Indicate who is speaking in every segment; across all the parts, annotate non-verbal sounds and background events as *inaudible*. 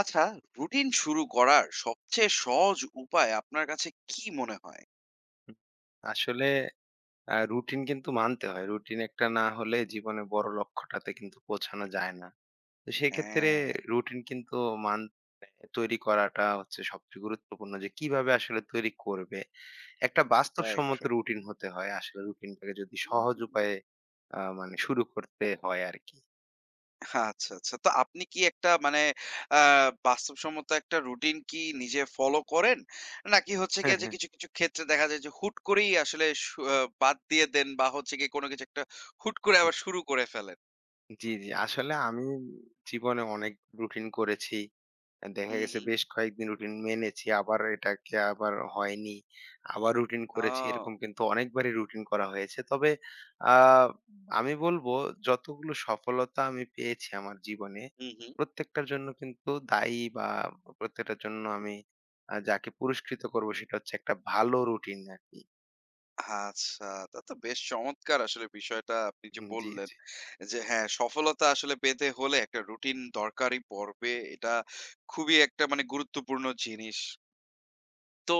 Speaker 1: আচ্ছা, রুটিন শুরু করার সবচেয়ে সহজ উপায় আপনার কাছে কি মনে হয়?
Speaker 2: হুম, আসলে রুটিন কিন্তু মানতে হয়। রুটিন একটা না হলে জীবনে বড় লক্ষ্যটাতে কিন্তু পৌঁছানো যায় না। তো সেক্ষেত্রে
Speaker 1: হ্যাঁ,
Speaker 2: রুটিন কিন্তু মান মানে তৈরি করাটা হচ্ছে সবচেয়ে গুরুত্বপূর্ণ যে কিভাবে আসলে তৈরি করবে। একটা
Speaker 1: রাইট,
Speaker 2: বাস্তবসম্মত
Speaker 1: রাইট।
Speaker 2: রুটিন হতে হয়। আসলে রুটিনটাকে যদি
Speaker 1: হুম।
Speaker 2: সহজ উপায়ে মানে শুরু করতে হয় আরকি।
Speaker 1: আচ্ছা, আচ্ছা। তো আপনি কি একটা মানে আ বাস্তবসম্মত একটা রুটিন কি নিজে ফলো করেন? নাকি হচ্ছে
Speaker 2: হ্যাঁ,
Speaker 1: গিয়ে যে
Speaker 2: হ্যাঁ।
Speaker 1: কিছু, কিছু ক্ষেত্রে দেখা যায় যে হুট করেই আসলে সু আ বাদ দিয়ে দেন বা হচ্ছে গিয়ে কোনো কিছু একটা হুট করে
Speaker 2: হুম।
Speaker 1: আবার শুরু করে ফেলেন?
Speaker 2: জি, জি। আসলে আমি জীবনে অনেক রুটিন করেছি। দেখা
Speaker 1: হুম,
Speaker 2: গেছে
Speaker 1: হুম।
Speaker 2: বেশ কয়েকদিন রুটিন মেনেছি, আবার এটাকে আবার হয়নি। আবার রুটিন করেছি।
Speaker 1: ও!
Speaker 2: এরকম কিন্তু অনেকবারই রুটিন করা হয়েছে। তবে আ আমি বলবো যতগুলো সফলতা আমি পেয়েছি আমার জীবনে,
Speaker 1: হু, হু।
Speaker 2: প্রত্যেকটার জন্য কিন্তু দায়ী বা প্রত্যেকটার জন্য আমি যাকে পুরস্কৃত করবো সেটা হচ্ছে একটা ভালো রুটিন আরকি।
Speaker 1: আচ্ছা, তা তো বেশ চমৎকার আসলে বিষয়টা আপনি যে
Speaker 2: হুম, জি,
Speaker 1: বললেন,
Speaker 2: জি।
Speaker 1: যে হ্যাঁ, সফলতা আসলে পেতে হলে একটা রুটিন দরকারই পড়বে। এটা খুবই একটা মানে গুরুত্বপূর্ণ জিনিস। তো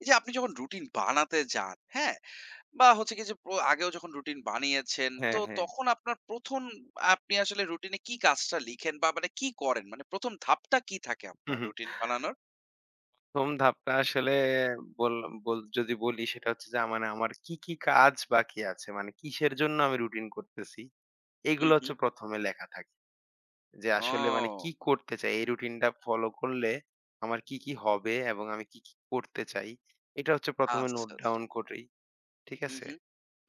Speaker 1: এই যে আপনি যখন রুটিন বানাতে যান, হ্যাঁ? বা হচ্ছে গিয়ে যে আগেও যখন রুটিন বানিয়েছেন, তো
Speaker 2: হ্যাঁ, হ্যাঁ।
Speaker 1: তখন আপনার ১ম আপনি আসলে রুটিনে কি কাজটা লিখেন বা মানে কি করেন? মানে ১ম ধাপটা কি থাকে আপনার রুটিন বানানোর?
Speaker 2: প্রথম ধাপটা আসলে বল বল যদি বলি সেটা হচ্ছে যে মানে আমার কি, কি কাজ বাকি আছে? মানে কিসের জন্য আমি রুটিন করতেছি?
Speaker 1: হু,
Speaker 2: এগুলো
Speaker 1: হু।
Speaker 2: হচ্ছে ১ম এ লেখা থাকে। যে আসলে মানে কি
Speaker 1: ও
Speaker 2: করতে চাই? এই রুটিনটা ফলো করলে আমার কি, কি হবে? এবং আমি কি, কি করতে চাই? এটা হচ্ছে ১ম এ নোট
Speaker 1: আচ্ছা, আচ্ছা।
Speaker 2: ডাউন করি। ঠিক
Speaker 1: হুম,
Speaker 2: আছে?
Speaker 1: হুম।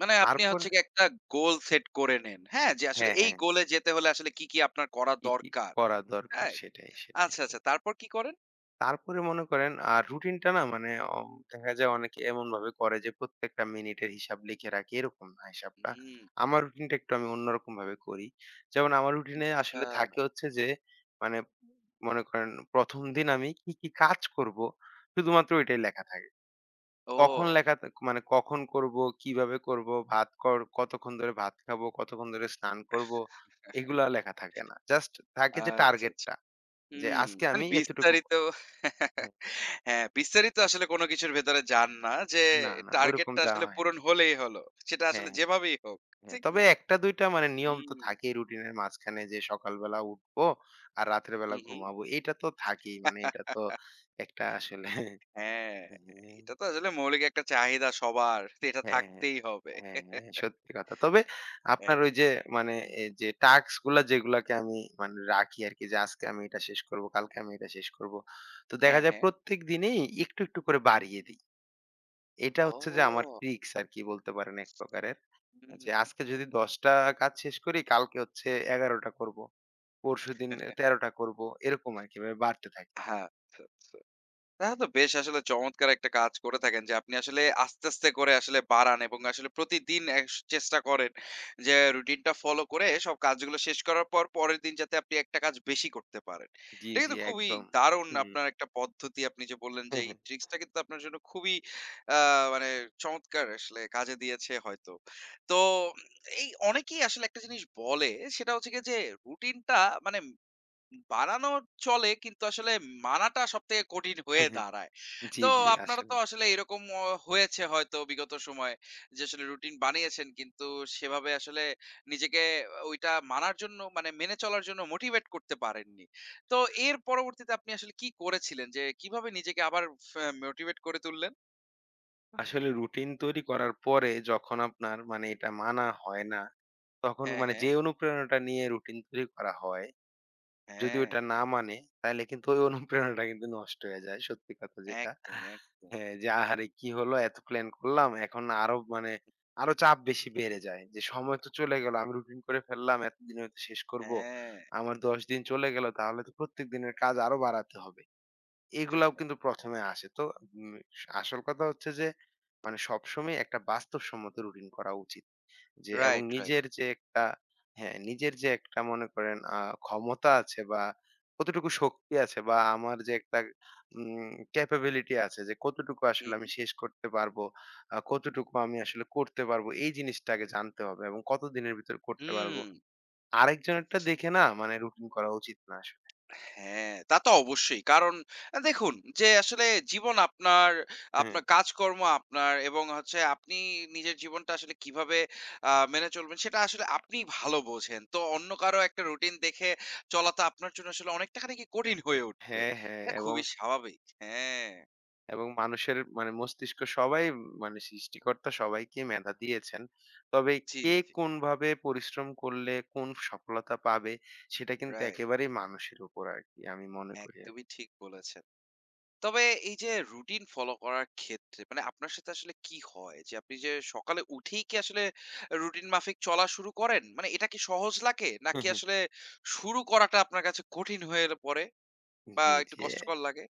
Speaker 1: মানে আপনি
Speaker 2: তারপরে
Speaker 1: হচ্ছে গিয়ে একটা গোল সেট করে নেন। হ্যাঁ, যে আসলে
Speaker 2: হ্যাঁ,
Speaker 1: এই
Speaker 2: হ্যাঁ।
Speaker 1: গোলে যেতে হলে আসলে কি, কি আপনার করা
Speaker 2: কি, কি
Speaker 1: দরকার।
Speaker 2: করা দরকার
Speaker 1: রাইট?
Speaker 2: সেটাই, সেটাই,
Speaker 1: আচ্ছা, আচ্ছা।
Speaker 2: সেটাই।
Speaker 1: তারপর কি করেন?
Speaker 2: তারপরে মনে করেন আর রুটিনটা না মানে দেখা যায় অনেকে এমনভাবে করে যে প্রত্যেকটা মিনিটের হিসাব লিখে রাখে, এরকম না হিসাবটা।
Speaker 1: হুম,
Speaker 2: আমার রুটিনটা একটু আমি অন্যরকম ভাবে করি। যেমন আমার রুটিনে
Speaker 1: আচ্ছা।
Speaker 2: আসলে থাকে হচ্ছে যে মানে মনে করেন ১ম দিন আমি কি, কি কাজ করব শুধুমাত্র ওইটাই লেখা থাকে। কখন
Speaker 1: ও
Speaker 2: লেখা থাক মানে কখন করব, কিভাবে করব, ভাত কর কতক্ষণ ধরে ভাত খাবো, কতক্ষণ ধরে স্নান করব, এগুলা লেখা থাকে না। জাস্ট থাকে যে
Speaker 1: আচ্ছা, আচ্ছা।
Speaker 2: টার্গেটটা যে
Speaker 1: হুম,
Speaker 2: আজকে
Speaker 1: মানে
Speaker 2: আমি এতটুকু
Speaker 1: বিস্তারিত *laughs*
Speaker 2: করব।
Speaker 1: হ্যাঁ, বিস্তারিত আসলে কোন কিছুর ভেতরে যান না। যে
Speaker 2: না, না ওরকম
Speaker 1: টার্গেটটা
Speaker 2: যাওয়া
Speaker 1: আসলে
Speaker 2: হয় না।
Speaker 1: পূরণ হলেই হলো। সেটা আসলে
Speaker 2: হ্যাঁ,
Speaker 1: যেভাবেই হোক।
Speaker 2: হ্যাঁ।
Speaker 1: ঠিক
Speaker 2: তবে
Speaker 1: না?
Speaker 2: ১ ২ টা মানে নিয়ম
Speaker 1: হুম,
Speaker 2: তো থাকেই রুটিনের মাঝখানে যে সকালবেলা উঠবো আর রাতের বেলা
Speaker 1: হুম, হুম।
Speaker 2: ঘুমাবো। এটা তো থাকেই। মানে এটা তো
Speaker 1: *laughs*
Speaker 2: একটা আসলে *laughs*
Speaker 1: হ্যাঁ,
Speaker 2: হ্যাঁ,
Speaker 1: এটা তো আসলে মৌলিক একটা চাহিদা সবার। তো এটা
Speaker 2: হ্যাঁ, হ্যাঁ।
Speaker 1: থাকতেই হবে।
Speaker 2: হ্যাঁ, হ্যাঁ, সত্যি কথা। তবে আপনার
Speaker 1: এক
Speaker 2: ওই যে মানে এই যে টাস্ক গুলা যেগুলাকে আমি মানে রাখি আরকি যে আজকে আমি এটা শেষ করব, কালকে আমি এটা শেষ করব। তো দেখা
Speaker 1: হ্যাঁ,
Speaker 2: যায়
Speaker 1: হ্যাঁ।
Speaker 2: প্রত্যেক দিনেই একটু, একটু করে বাড়িয়ে দিই। এটা হচ্ছে যে আমার
Speaker 1: ও!
Speaker 2: ট্রিকস আরকি বলতে পারেন এক প্রকারের। জি,
Speaker 1: হুম।
Speaker 2: আজকে যদি ১০ টা কাজ শেষ করি, কালকে হচ্ছে ১১ টা করব। পরশুদিন ১৩ টা করব। এরকম আরকি এভাবে বাড়তে থাকে।
Speaker 1: হ্যাঁ, আচ্ছা, আচ্ছা। তাহলে তো বেশ আসলে চমৎকার একটা কাজ করে থাকেন যে আপনি আসলে আস্তে, আস্তে করে আসলে বাড়ান এবং আসলে প্রতিদিন চেষ্টা করেন যে রুটিনটা ফলো করে সব কাজগুলো শেষ করার পর পরের দিন যাতে আপনি একটা কাজ বেশি করতে পারেন।
Speaker 2: জি,
Speaker 1: এটা
Speaker 2: জি,
Speaker 1: কিন্তু খুবই
Speaker 2: একদম।
Speaker 1: দারুণ
Speaker 2: হুম।
Speaker 1: আপনার একটা পদ্ধতি আপনি যে বললেন যে
Speaker 2: হুম,
Speaker 1: এই
Speaker 2: হুম।
Speaker 1: ট্রিক্সটা কিন্তু আপনার জন্য খুবই আ মানে চমৎকার আসলে কাজে দিয়েছে হয়তো। তো এই অনেকেই আসলে একটা জিনিস বলে সেটা হচ্ছে গিয়ে যে রুটিনটা মানে বানানো চলে কিন্তু আসলে মানাটা সবথেকে কঠিন হয়ে
Speaker 2: হুম,
Speaker 1: দাঁড়ায়।
Speaker 2: জি,
Speaker 1: তো
Speaker 2: জি,
Speaker 1: আপনারও
Speaker 2: আসলে।
Speaker 1: তো আসলে এরকম হয়েছে হয়তো বিগত সময়ে যে আসলে রুটিন বানিয়েছেন কিন্তু সেভাবে আসলে নিজেকে ওইটা মানার জন্য মানে মেনে চলার জন্য মোটিভেট করতে পারেননি। তো এর পরবর্তীতে আপনি আসলে কি করেছিলেন? যে কিভাবে নিজেকে আবার ফে মোটিভেট করে তুললেন?
Speaker 2: আসলে রুটিন তৈরি করার পরে যখন আপনার মানে এটা মানা হয় না, তখন
Speaker 1: হ্যাঁ,
Speaker 2: মানে
Speaker 1: হ্যাঁ,
Speaker 2: যে অনুপ্রেরণাটা নিয়ে রুটিন তৈরি করা হয় যদি
Speaker 1: হ্যাঁ।
Speaker 2: ওইটা না মানে, তাইলে কিন্তু ওই অনুপ্রেরণাটা কিন্তু নষ্ট হয়ে যায়। সত্যি কথা যেটা।
Speaker 1: একদমই, একদম।
Speaker 2: হ্যাঁ, যে আহারে কি হলো এত প্ল্যান করলাম। এখন আরো মানে আরো চাপ বেশি বেড়ে যায়। যে সময় তো চলে গেল। আমি রুটিন করে ফেললাম। এতদিনে হয়তো শেষ করব।
Speaker 1: হ্যাঁ।
Speaker 2: আমার ১০ দিন চলে গেল। তাহলে তো প্রত্যেক দিনের কাজ আরো বাড়াতে হবে। এগুলাও কিন্তু ১ম এ আসে। তো উম আসল কথা হচ্ছে যে মানে সবসময় একটা বাস্তবসম্মত রুটিন করা উচিত। যে এবং
Speaker 1: রাইট, রাইট।
Speaker 2: নিজের যে একটা হ্যাঁ, নিজের যে একটা মনে করেন ক্ষমতা আছে বা কতটুকু শক্তি আছে বা আমার যে একটা উম ক্যাপাবিলিটি আছে যে কতটুকু
Speaker 1: হু,
Speaker 2: আসলে
Speaker 1: হু।
Speaker 2: আমি শেষ করতে পারবো, কতটুকু আমি আসলে করতে পারবো এই জিনিসটা আগে জানতে হবে এবং কতদিনের ভিতরে করতে
Speaker 1: হুম।
Speaker 2: পারবো। আরেকজনেরটা দেখে না মানে রুটিন করা উচিত না আসলে।
Speaker 1: হ্যাঁ, তা তো অবশ্যই। কারণ দেখুন যে আসলে জীবন আপনার,
Speaker 2: হ্যাঁ,
Speaker 1: আপনার কাজকর্ম আপনার এবং হচ্ছে আপনি নিজের জীবনটা আসলে কিভাবে মেনে চলবেন সেটা আসলে আপনিই ভালো বোঝেন। তো অন্য কারো একটা রুটিন দেখে চলা তো আপনার জন্য আসলে অনেকটা খানিকি কঠিন হয়ে উঠবে।
Speaker 2: হ্যাঁ
Speaker 1: এটা
Speaker 2: এবং
Speaker 1: খুবই স্বাভাবিক। হ্যাঁ।
Speaker 2: এবং মানুষের মানে মস্তিষ্ক সবাই মানে সৃষ্টিকর্তা সবাইকে মেধা দিয়েছেন। তবে
Speaker 1: জি,
Speaker 2: কে
Speaker 1: জি।
Speaker 2: কোনভাবে পরিশ্রম করলে কোন সফলতা পাবে সেটা কিন্তু
Speaker 1: রাইট।
Speaker 2: একেবারেই মানুষের উপর আরকি আমি মনে করি আরকি।
Speaker 1: একদমই ঠিক বলেছেন। তবে এই যে রুটিন ফলো করার ক্ষেত্রে মানে আপনার সাথে আসলে কি হয়? যে আপনি যে সকালে উঠেই কি আসলে রুটিন মাফিক চলা শুরু করেন? মানে এটা কি সহজ লাগে? নাকি আসলে
Speaker 2: *laughs*
Speaker 1: শুরু করাটা আপনার কাছে কঠিন হয়ে পড়ে বা
Speaker 2: জি,
Speaker 1: একটু
Speaker 2: জি।
Speaker 1: কষ্টকর লাগে?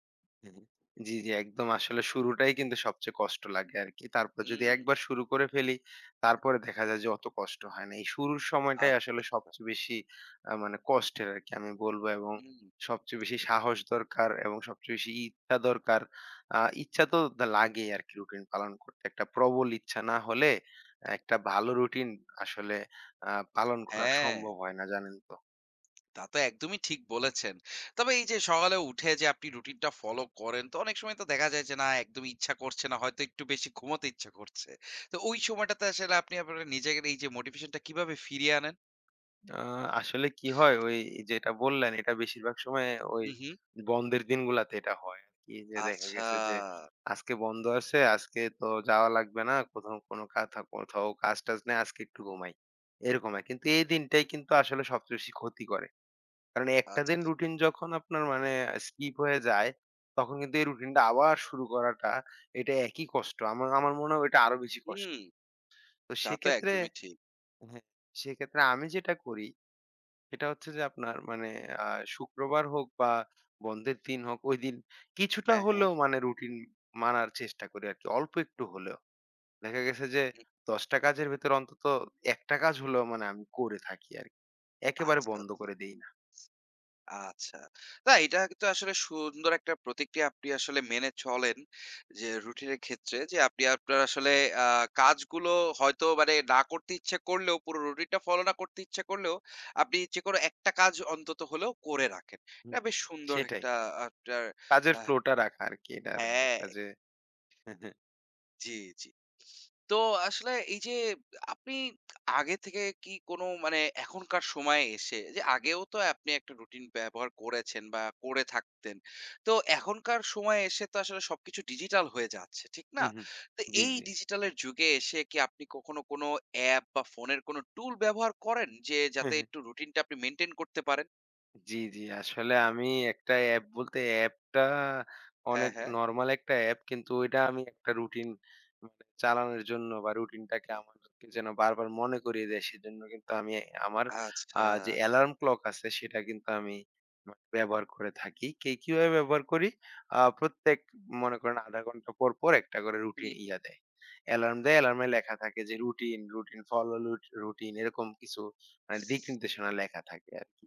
Speaker 2: হ্যাঁ, জি, জি, একদম আসলে শুরুটাই কিন্তু সবচেয়ে কষ্ট লাগে আরকি। তারপর যদি
Speaker 1: হুম,
Speaker 2: একবার শুরু করে ফেলি, তারপরে দেখা যায় যে অত কষ্ট হয় না। এই শুরুর সময়টাই
Speaker 1: আচ্ছা,
Speaker 2: আসলে
Speaker 1: আচ্ছা।
Speaker 2: সবচেয়ে বেশি মানে কষ্টের আরকি আমি বলব এবং
Speaker 1: হুম,
Speaker 2: সবচেয়ে বেশি সাহস দরকার এবং সবচেয়ে বেশি ইচ্ছা দরকার। ইচ্ছা তো লাগেই আরকি রুটিন পালন করতে। একটা প্রবল ইচ্ছা না হলে একটা ভালো রুটিন আসলে আ পালন করা
Speaker 1: হ্যাঁ,
Speaker 2: সম্ভব হয় না, জানেন তো?
Speaker 1: তা তো একদমই ঠিক বলেছেন। তবে এই যে সকালে উঠে যে আপনি রুটিনটা ফলো করেন, তো অনেক সময় তো দেখা যায় যে না একদমই ইচ্ছা করছে না, হয়তো একটু বেশি ঘুমোতে ইচ্ছা করছে। তো ওই সময়টাতে আসলে আপনি আপনার নিজের এই যে মোটিভেশনটা কিভাবে ফিরিয়ে আনেন?
Speaker 2: আ আসলে কি হয় ওই যেটা বললেন এটা বেশিরভাগ সময় ওই
Speaker 1: হু, হু।
Speaker 2: বন্ধের দিনগুলাতে এটা হয় আরকি। যে দেখা
Speaker 1: আচ্ছা,
Speaker 2: গেছে যে আজকে বন্ধ আছে, আজকে তো যাওয়া লাগবে না। কোথাও কোনো কাথা কোথাও কাজ-টাজ নেই, আজকে একটু ঘুমাই। এরকম হয়। কিন্তু এই দিনটাই কিন্তু আসলে সবচেয়ে বেশি ক্ষতি করে। কারণ একটা
Speaker 1: আচ্ছা।
Speaker 2: দিন রুটিন যখন আপনার মানে স্কিপ হয়ে যায়, তখন কিন্তু এই রুটিনটা আবার শুরু করাটা এটা একই কষ্ট। আমার আমার মনে হয় এটা আরো বেশি কষ্ট।
Speaker 1: হুম।
Speaker 2: তো
Speaker 1: তা তো
Speaker 2: সেক্ষেত্রে
Speaker 1: একদমই ঠিক।
Speaker 2: হ্যাঁ, সেক্ষেত্রে আমি যেটা করি এটা হচ্ছে যে আপনার মানে আ শুক্রবার হোক বা বন্ধের দিন হোক, ঐদিন কিছুটা
Speaker 1: হ্যাঁ, হ্যাঁ।
Speaker 2: হলেও মানে রুটিন মানার চেষ্টা করি আরকি। অল্প একটু হলেও। দেখা গেছে যে
Speaker 1: হুম,
Speaker 2: ১০ টা কাজের ভেতরে অন্তত ১ টা কাজ হলেও মানে আমি করে থাকি আরকি। একেবারে
Speaker 1: আচ্ছা,
Speaker 2: বন্ধ
Speaker 1: আচ্ছা,
Speaker 2: করে দেই না।
Speaker 1: আচ্ছা। না এটা কিন্তু আসলে সুন্দর একটা প্রতিক্রিয়া আপনি আসলে মেনে চলেন যে রুটিনের ক্ষেত্রে যে আপনি আপনার আসলে আ কাজগুলো হয়তো মানে না করতে ইচ্ছে করলেও পুরো রুটিনটা ফলো না করতে ইচ্ছে করলেও আপনি যেকোনো একটা কাজ অন্তত হলেও করে রাখেন।
Speaker 2: হুম,
Speaker 1: এটা বেশ সুন্দর
Speaker 2: সেটাই।
Speaker 1: একটা আপনার
Speaker 2: কাজের
Speaker 1: আ
Speaker 2: ফ্লোটা রাখা আরকি এটার
Speaker 1: হ্যাঁ।
Speaker 2: একটা যে *laughs*
Speaker 1: জি, জি। তো আসলে এই যে আপনি আগে থেকে কি কোনো মানে এখনকার সময়ে এসে যে আগেও তো আপনি একটা রুটিন ব্যবহার করেছেন বা করে থাকতেন। তো এখনকার সময়ে এসে তো আসলে সবকিছু ডিজিটাল হয়ে যাচ্ছে, ঠিক না?
Speaker 2: হু, হু।
Speaker 1: তো
Speaker 2: জি,
Speaker 1: এই
Speaker 2: জি।
Speaker 1: ডিজিটালের যুগে এসে কি আপনি কখনো কোনো অ্যাপ বা ফোনের কোনো টুল ব্যবহার করেন যে যাতে একটু রুটিনটা আপনি মেইনটেইন করতে পারেন?
Speaker 2: জি, জি। আসলে আমি একটা অ্যাপ বলতে অ্যাপটা
Speaker 1: হ্যাঁ,
Speaker 2: অনেক
Speaker 1: হ্যাঁ।
Speaker 2: নরমাল একটা অ্যাপ। কিন্তু ওইটা আমি একটা রুটিন মানে চালানোর জন্য বা রুটিনটাকে আমাকে যেন বারবার মনে করিয়ে দেয় সেজন্য কিন্তু আমি আমার
Speaker 1: আচ্ছা।
Speaker 2: যে অ্যালার্ম ক্লক আছে সেটা কিন্তু আমি ব্যবহার করে থাকি। কে কিভাবে ব্যবহার করি? প্রত্যেক মনে করেন ০.৫ ঘন্টা পর, পর একটা করে
Speaker 1: হু,
Speaker 2: রুটি
Speaker 1: হু।
Speaker 2: ইয়া দেয়। অ্যালার্ম দেয়। অ্যালার্মে লেখা থাকে যে রুটিন, রুটিন ফলো লুট রুটিন এরকম কিছু মানে দিক নির্দেশনা লেখা থাকে আরকি।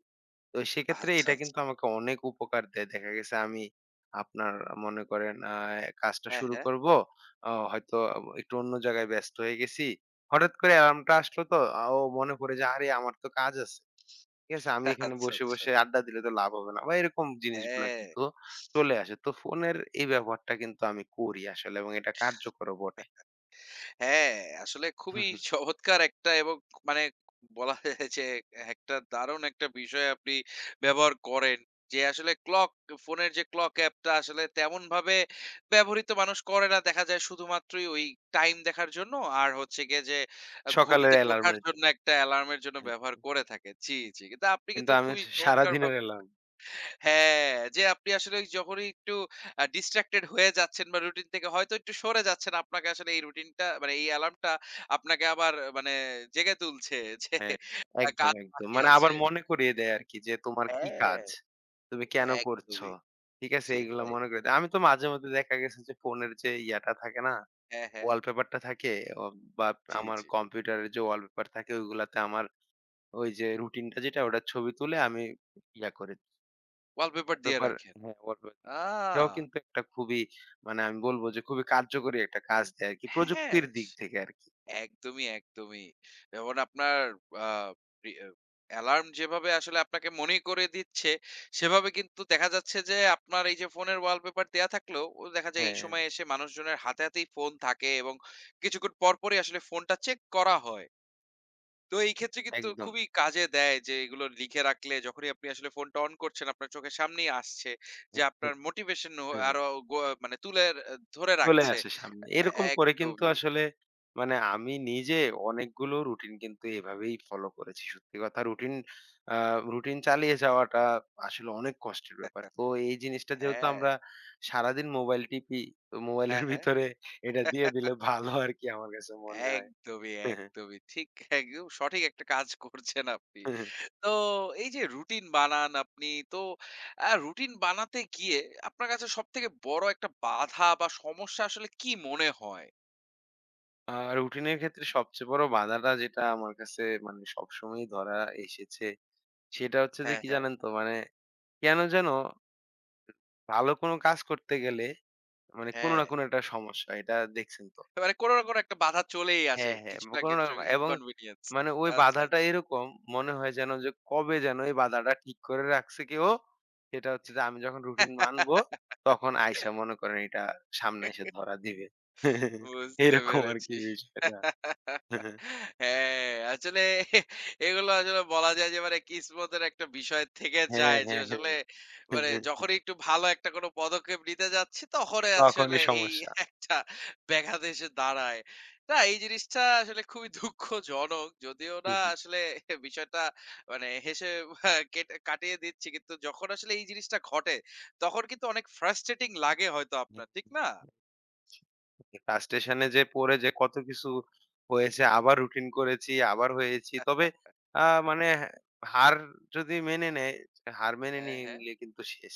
Speaker 2: তো সেক্ষেত্রে
Speaker 1: আচ্ছা,
Speaker 2: এটা
Speaker 1: আচ্ছা।
Speaker 2: কিন্তু আমাকে অনেক উপকার দেয়। দেখা গেছে আমি আপনার মনে করেন কাজটা
Speaker 1: হ্যাঁ,
Speaker 2: শুরু
Speaker 1: হ্যাঁ।
Speaker 2: করব। হয়তো একটু অন্য জায়গায় ব্যস্ত হয়ে গেছি। হঠাৎ করে অ্যালার্মটা আসলো তো আ ও মনে পড়ে যে আরে আমার তো কাজ আছে। ঠিক আছে? আমি এখানে
Speaker 1: আচ্ছা,
Speaker 2: বসে,
Speaker 1: আচ্ছা।
Speaker 2: বসে আড্ডা দিলে তো লাভ হবে না। বা এরকম জিনিসগুলা
Speaker 1: হ্যাঁ।
Speaker 2: কিন্তু চলে আসে। তো ফোনের এই ব্যবহারটা কিন্তু আমি করি আসলে এবং এটা কার্যকরও বটে।
Speaker 1: হ্যাঁ, আসলে
Speaker 2: হুম
Speaker 1: খুবই
Speaker 2: হুম।
Speaker 1: চমৎকার একটা এবং মানে বলা যায় যে একটা দারুণ একটা বিষয় আপনি ব্যবহার করেন। যে আসলে ফোনের যে ক্লক অ্যাপটা আসলে তেমনভাবে ব্যবহৃত মানুষ করে না। দেখা যায় শুধুমাত্রই ওই টাইম দেখার জন্য আর হচ্ছে গিয়ে যে ঘুম
Speaker 2: সকালের
Speaker 1: থেকে ওঠার
Speaker 2: অ্যালার্মের
Speaker 1: জন্য
Speaker 2: জন্য।
Speaker 1: একটা অ্যালার্মের জন্য
Speaker 2: হ্যাঁ,
Speaker 1: ব্যবহার করে থাকে। জি, জি। কিন্তু আপনি
Speaker 2: কিন্তু
Speaker 1: কিন্তু
Speaker 2: আমি
Speaker 1: খুবই
Speaker 2: হচ্ছে
Speaker 1: চমৎকারভাবে
Speaker 2: সারাদিনের অ্যালার্ম।
Speaker 1: হ্যাঁ, যে আপনি আসলে ওই যখনই একটু distracted হয়ে যাচ্ছেন বা রুটিন থেকে হয়তো একটু সরে যাচ্ছেন, আপনাকে আসলে এই রুটিনটা মানে এই অ্যালার্মটা আপনাকে আবার মানে জেগে তুলছে যে
Speaker 2: হ্যাঁ, একদম,
Speaker 1: কাজ
Speaker 2: একদম।
Speaker 1: বাকি
Speaker 2: মানে আবার
Speaker 1: আছে।
Speaker 2: মনে করিয়ে দেয় আরকি যে তোমার কি
Speaker 1: হ্যাঁ,
Speaker 2: কাজ? তুমি কেন করছো?
Speaker 1: একদমই।
Speaker 2: ঠিক আছে? এইগুলা
Speaker 1: সেটাই।
Speaker 2: মনে করিয়ে দেয়। আমি তো মাঝে মধ্যে দেখা গেছে যে ফোনের যে ইয়াটা থাকে না?
Speaker 1: হ্যাঁ, হ্যাঁ।
Speaker 2: ওয়ালপেপারটা থাকে অ বা
Speaker 1: জি,
Speaker 2: আমার
Speaker 1: জি।
Speaker 2: কম্পিউটারের যে ওয়ালপেপার থাকে ওইগুলাতে আমার ওই যে রুটিনটা যেটা ওটার ছবি তুলে আমি ইয়া করি।
Speaker 1: ওয়ালপেপার দিয়ে
Speaker 2: ওয়ালপেপার
Speaker 1: রাখেন।
Speaker 2: হ্যাঁ, ওয়ালপেপার দিই।
Speaker 1: আ!
Speaker 2: এটাও কিন্তু একটা খুবই মানে আমি বলব যে খুবই কার্যকরী একটা কাজ দেয় আরকি
Speaker 1: হ্যাঁ।
Speaker 2: প্রযুক্তির দিক থেকে আরকি।
Speaker 1: একদমই, একদমই। যেমন আপনার আ রি আ অ্যালার্ম যেভাবে আসলে আপনাকে মনে করে দিচ্ছে, সেভাবে কিন্তু দেখা যাচ্ছে যে আপনার এই যে ফোনের ওয়ালপেপার দেয়া থাকলেও, ও দেখা যায় এই
Speaker 2: হ্যাঁ,
Speaker 1: সময় এসে মানুষজনের হাতে, হাতেই ফোন থাকে এবং কিছুক্ষণ পরপরই আসলে ফোনটা চেক করা হয়। তো এই ক্ষেত্রে কিন্তু
Speaker 2: একদম।
Speaker 1: খুবই কাজে দেয় যে এগুলো লিখে রাখলে যখনই আপনি আসলে ফোনটা অন করছেন, আপনার চোখের সামনেই আসছে যে আপনার
Speaker 2: *laughs*
Speaker 1: মোটিভেশন ও আরো গো মানে তুলে ধরে
Speaker 2: চলে
Speaker 1: রাখছে।
Speaker 2: আসে সামনে। এরকম করে কিন্তু
Speaker 1: একদমই।
Speaker 2: আসলে মানে আমি নিজে অনেকগুলো রুটিন কিন্তু এভাবেই ফলো করেছি। সত্যি কথা রুটিন আ রুটিন চালিয়ে যাওয়াটা আসলে অনেক কষ্টের ব্যাপার। তো এই জিনিসটা যেহেতু
Speaker 1: হ্যাঁ,
Speaker 2: আমরা সারাদিন মোবাইল টিপি, তো
Speaker 1: হ্যাঁ,
Speaker 2: মোবাইলের
Speaker 1: হ্যাঁ।
Speaker 2: ভিতরে এটা দিয়ে দিলে ভালো আরকি আমার কাছে মনে হয়।
Speaker 1: একদমই, একদমই। ঠিক একদম সঠিক একটা কাজ করছেন আপনি।
Speaker 2: *laughs*
Speaker 1: তো এই যে রুটিন বানান আপনি, তো রুটিন বানাতে গিয়ে আপনার কাছে সবথেকে বড় একটা বাধা বা সমস্যা আসলে কি মনে হয়?
Speaker 2: আ রুটিনের ক্ষেত্রে সবচেয়ে বড় বাধাটা যেটা আমার কাছে মানে সবসময়ই ধরা এসেছে, সেটা হচ্ছে যে
Speaker 1: হ্যাঁ,
Speaker 2: কি
Speaker 1: হ্যাঁ।
Speaker 2: জানেন তো? মানে কেন যেন ভালো কোনো কাজ করতে গেলে মানে কোনো
Speaker 1: হ্যাঁ,
Speaker 2: না কোনো একটা সমস্যা। এটা দেখছেন তো।
Speaker 1: মানে কোন না কোন একটা বাধা চলেই আসে।
Speaker 2: হ্যাঁ, হ্যাঁ।
Speaker 1: কিছু না
Speaker 2: কোনো না
Speaker 1: কিছু
Speaker 2: এবং
Speaker 1: inconvenience.
Speaker 2: মানে ওই
Speaker 1: আচ্ছা।
Speaker 2: বাধাটা এরকম মনে হয় যেন যে কবে যেন এই বাধাটা ঠিক করে রাখছে কেউ। সেটা হচ্ছে যে আমি যখন রুটিন মানবো তখন আইসা মনে করেন এটা সামনে এসে ধরা দিবে।
Speaker 1: বুঝতে
Speaker 2: এরকম
Speaker 1: পেরেছি।
Speaker 2: আরকি বিষয়টা।
Speaker 1: হ্যাঁ, আসলে এগুলো আসলে বলা যায় যে মানে কিসমতের একটা বিষয় থেকে
Speaker 2: হ্যাঁ,
Speaker 1: যায় যে
Speaker 2: হ্যাঁ, হ্যাঁ।
Speaker 1: আসলে মানে যখনই একটু ভালো একটা কোনো পদক্ষেপ নিতে যাচ্ছি তখনই আসলে
Speaker 2: তখনই
Speaker 1: এই
Speaker 2: সমস্যা।
Speaker 1: একটা ব্যাঘাত এসে দাঁড়ায়। না এই জিনিসটা আসলে খুবই দুঃখজনক। যদিও না
Speaker 2: হুম, হুম,
Speaker 1: আসলে বিষয়টা মানে হেসে কেটে কাটিয়ে দিচ্ছি। কিন্তু যখন আসলে এই জিনিসটা ঘটে তখন কিন্তু অনেক ফ্রাস্ট্রেটিং লাগে হয়তো আপনার, ঠিক
Speaker 2: হুম।
Speaker 1: না?
Speaker 2: কাজ স্টেশনে যে পড়ে যে কত কিছু হয়েছে, আবার রুটিন করেছি, আবার হয়েছি। তবে মানে হার যদি মেনে নেয়, হার মেনে
Speaker 1: হ্যাঁ,
Speaker 2: নিয়ে
Speaker 1: হ্যাঁ।
Speaker 2: নিলে কিন্তু শেষ।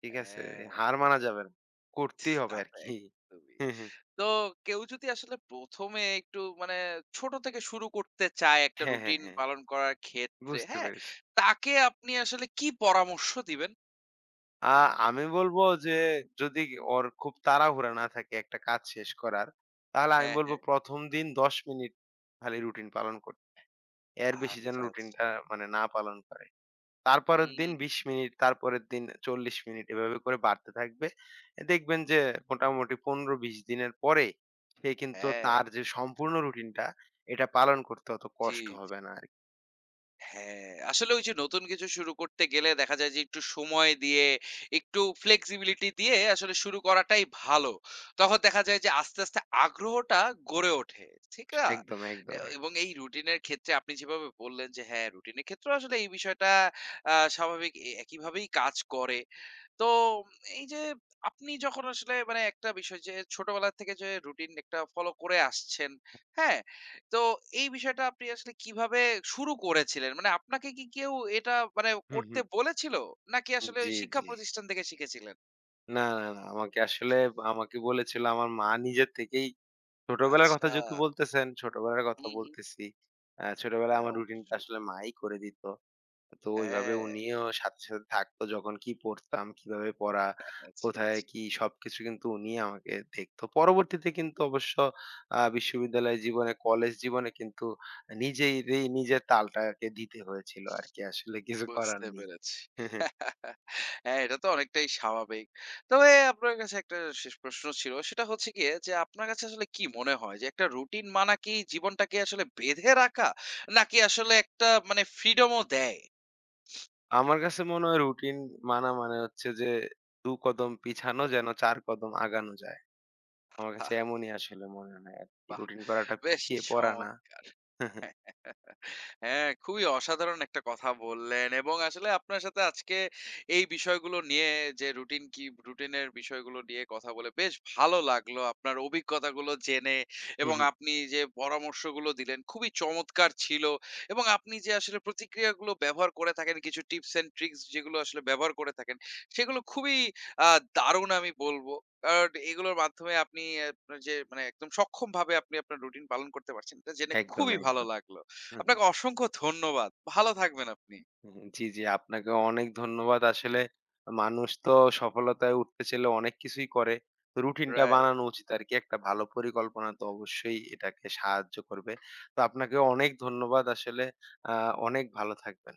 Speaker 2: ঠিক আছে?
Speaker 1: হ্যাঁ,
Speaker 2: হার মানা যাবে না। করতেই
Speaker 1: *laughs* তা
Speaker 2: হবে
Speaker 1: তো
Speaker 2: আরকি।
Speaker 1: একদমই।
Speaker 2: হ্যাঁ, হ্যাঁ,
Speaker 1: তো কেউ যদি আসলে ১ম এ একটু মানে ছোট থেকে শুরু করতে চায় একটা
Speaker 2: হ্যাঁ। হ্যাঁ
Speaker 1: রুটিন
Speaker 2: হ্যাঁ,
Speaker 1: পালন করার ক্ষেত্রে,
Speaker 2: বুঝতে
Speaker 1: হ্যাঁ?
Speaker 2: পেরেছি।
Speaker 1: তাকে আপনি আসলে কি পরামর্শ দিবেন?
Speaker 2: আ আমি বলবো যে যদি ওর খুব তাড়াহুড়া না থাকে একটা কাজ শেষ করার, তাহলে আমি
Speaker 1: হ্যাঁ,
Speaker 2: বলবো
Speaker 1: হ্যাঁ।
Speaker 2: ১ম দিন ১০ মিনিট খালি রুটিন পালন করতে। এর বেশি যেন
Speaker 1: আচ্ছা,
Speaker 2: রুটিনটা
Speaker 1: আচ্ছা।
Speaker 2: মানে না পালন করে। তারপরের
Speaker 1: হুম,
Speaker 2: দিন ২০ মিনিট, তারপরের দিন ৪০ মিনিট এভাবে করে বাড়তে থাকবে। এ দেখবেন যে মোটামুটি ১৫-২০ দিনের পরে সে কিন্তু
Speaker 1: হ্যাঁ,
Speaker 2: তার যে সম্পূর্ণ রুটিনটা এটা পালন করতে অত
Speaker 1: জি।
Speaker 2: কষ্ট হবে না আরকি।
Speaker 1: হ্যাঁ, আসলে ওই যে নতুন কিছু শুরু করতে গেলে দেখা যায় যে একটু সময় দিয়ে, একটু flexibility দিয়ে আসলে শুরু করাটাই ভালো। তখন দেখা যায় যে আস্তে, আস্তে আগ্রহটা গড়ে ওঠে। ঠিক না?
Speaker 2: একদম, একদম, এক
Speaker 1: এবং এই রুটিনের ক্ষেত্রে আপনি যেভাবে বললেন যে হ্যাঁ, রুটিনের ক্ষেত্রেও আসলে এই বিষয়টা স্বাভাবিক একইভাবেই কাজ করে। তো এই যে আপনি যখন আসলে মানে একটা বিষয় যে ছোটবেলা থেকে যে রুটিন একটা ফলো করে আসছেন, হ্যাঁ? তো এই বিষয়টা আপনি আসলে কিভাবে শুরু করেছিলেন? মানে আপনাকে কি কেউ এটা মানে
Speaker 2: হুম,
Speaker 1: করতে
Speaker 2: হুম।
Speaker 1: বলেছিল? নাকি আসলে ওই
Speaker 2: জি,
Speaker 1: শিক্ষা
Speaker 2: জি।
Speaker 1: প্রতিষ্ঠান থেকে শিখেছিলেন?
Speaker 2: না। আমাকে আসলে আমাকে বলেছিল আমার মা নিজের থেকেই ছোটবেলার কথা
Speaker 1: আচ্ছা।
Speaker 2: যেহেতু বলতেছেন, ছোটবেলার কথা
Speaker 1: হুম, হুম।
Speaker 2: বলতেছি। ছোটবেলায়
Speaker 1: হ্যাঁ,
Speaker 2: আমার রুটিনটা
Speaker 1: অবশ্যই।
Speaker 2: আসলে মাই করে দিত। তো ওইভাবে
Speaker 1: হ্যাঁ,
Speaker 2: উনিও সাথে, সাথে থাকতো যখন কি পড়তাম, কিভাবে পড়া,
Speaker 1: আচ্ছা,
Speaker 2: কোথায়
Speaker 1: আচ্ছা।
Speaker 2: কি সবকিছু কিন্তু উনি আমাকে দেখতো। পরবর্তীতে কিন্তু অবশ্য বিশ্ববিদ্যালয় জীবনে, কলেজ জীবনে কিন্তু নিজেরই নিজের তালটাকে দিতে হয়েছিল আরকি। আসলে কিছু করার
Speaker 1: বুঝতে
Speaker 2: নেই।
Speaker 1: পেরেছি।
Speaker 2: *laughs*
Speaker 1: হ্যাঁ, এটা তো অনেকটাই স্বাভাবিক। তবে আপনার কাছে একটা শেষ প্রশ্ন ছিল। সেটা হচ্ছে গিয়ে যে আপনার কাছে আসলে কি মনে হয় যে একটা রুটিন মানা কি জীবনটাকে আসলে বেঁধে রাখা? নাকি আসলে একটা মানে ফ্রিডম ও দেয়?
Speaker 2: আমার কাছে মনে হয় রুটিন মানা মানে হচ্ছে যে ২ কদম পিছানো যেন ৪ কদম আগানো যায়। আমার
Speaker 1: আহ
Speaker 2: কাছে এমনই আসলে মনে হয় আরকি।
Speaker 1: বাহ!
Speaker 2: রুটিন করাটা
Speaker 1: বেশ
Speaker 2: পিছিয়ে পড়া না।
Speaker 1: চমৎকার!
Speaker 2: *laughs*
Speaker 1: হ্যাঁ, খুবই অসাধারণ একটা কথা বললেন এবং আসলে আপনার সাথে আজকে এই বিষয়গুলো নিয়ে যে রুটিন কি রুটিনের বিষয়গুলো নিয়ে কথা বলে বেশ ভালো লাগলো। আপনার অভিজ্ঞতাগুলো জেনে
Speaker 2: হুম
Speaker 1: এবং
Speaker 2: হুম,
Speaker 1: আপনি যে পরামর্শগুলো দিলেন খুবই চমৎকার ছিল এবং আপনি যে আসলে প্রতিক্রিয়াগুলো ব্যবহার করে থাকেন কিছু টিপস অ্যান্ড ট্রিকস যেগুলো আসলে ব্যবহার করে থাকেন সেগুলো খুবই আ দারুণ আমি বলব। কারণ এগুলোর মাধ্যমে আপনি আপনার যে মানে একদম সক্ষমভাবে আপনি আপনার রুটিন পালন করতে পারছেন এটা জেনে
Speaker 2: একদম,
Speaker 1: খুবই ভালো
Speaker 2: একদম।
Speaker 1: লাগলো।
Speaker 2: হুম হুম।
Speaker 1: আপনাকে অসংখ্য ধন্যবাদ। ভালো থাকবেন আপনি।
Speaker 2: হুম, জি, জি। আপনাকে অনেক ধন্যবাদ। আসলে মানুষ তো সফলতায় উঠতে চাইলে অনেক কিছুই করে। তো রুটিনটা
Speaker 1: রাইট।
Speaker 2: বানানো উচিত আরকি। একটা ভালো পরিকল্পনা তো অবশ্যই এটাকে সাহায্য করবে। তো আপনাকে অনেক ধন্যবাদ আসলে। আ অনেক ভালো থাকবেন।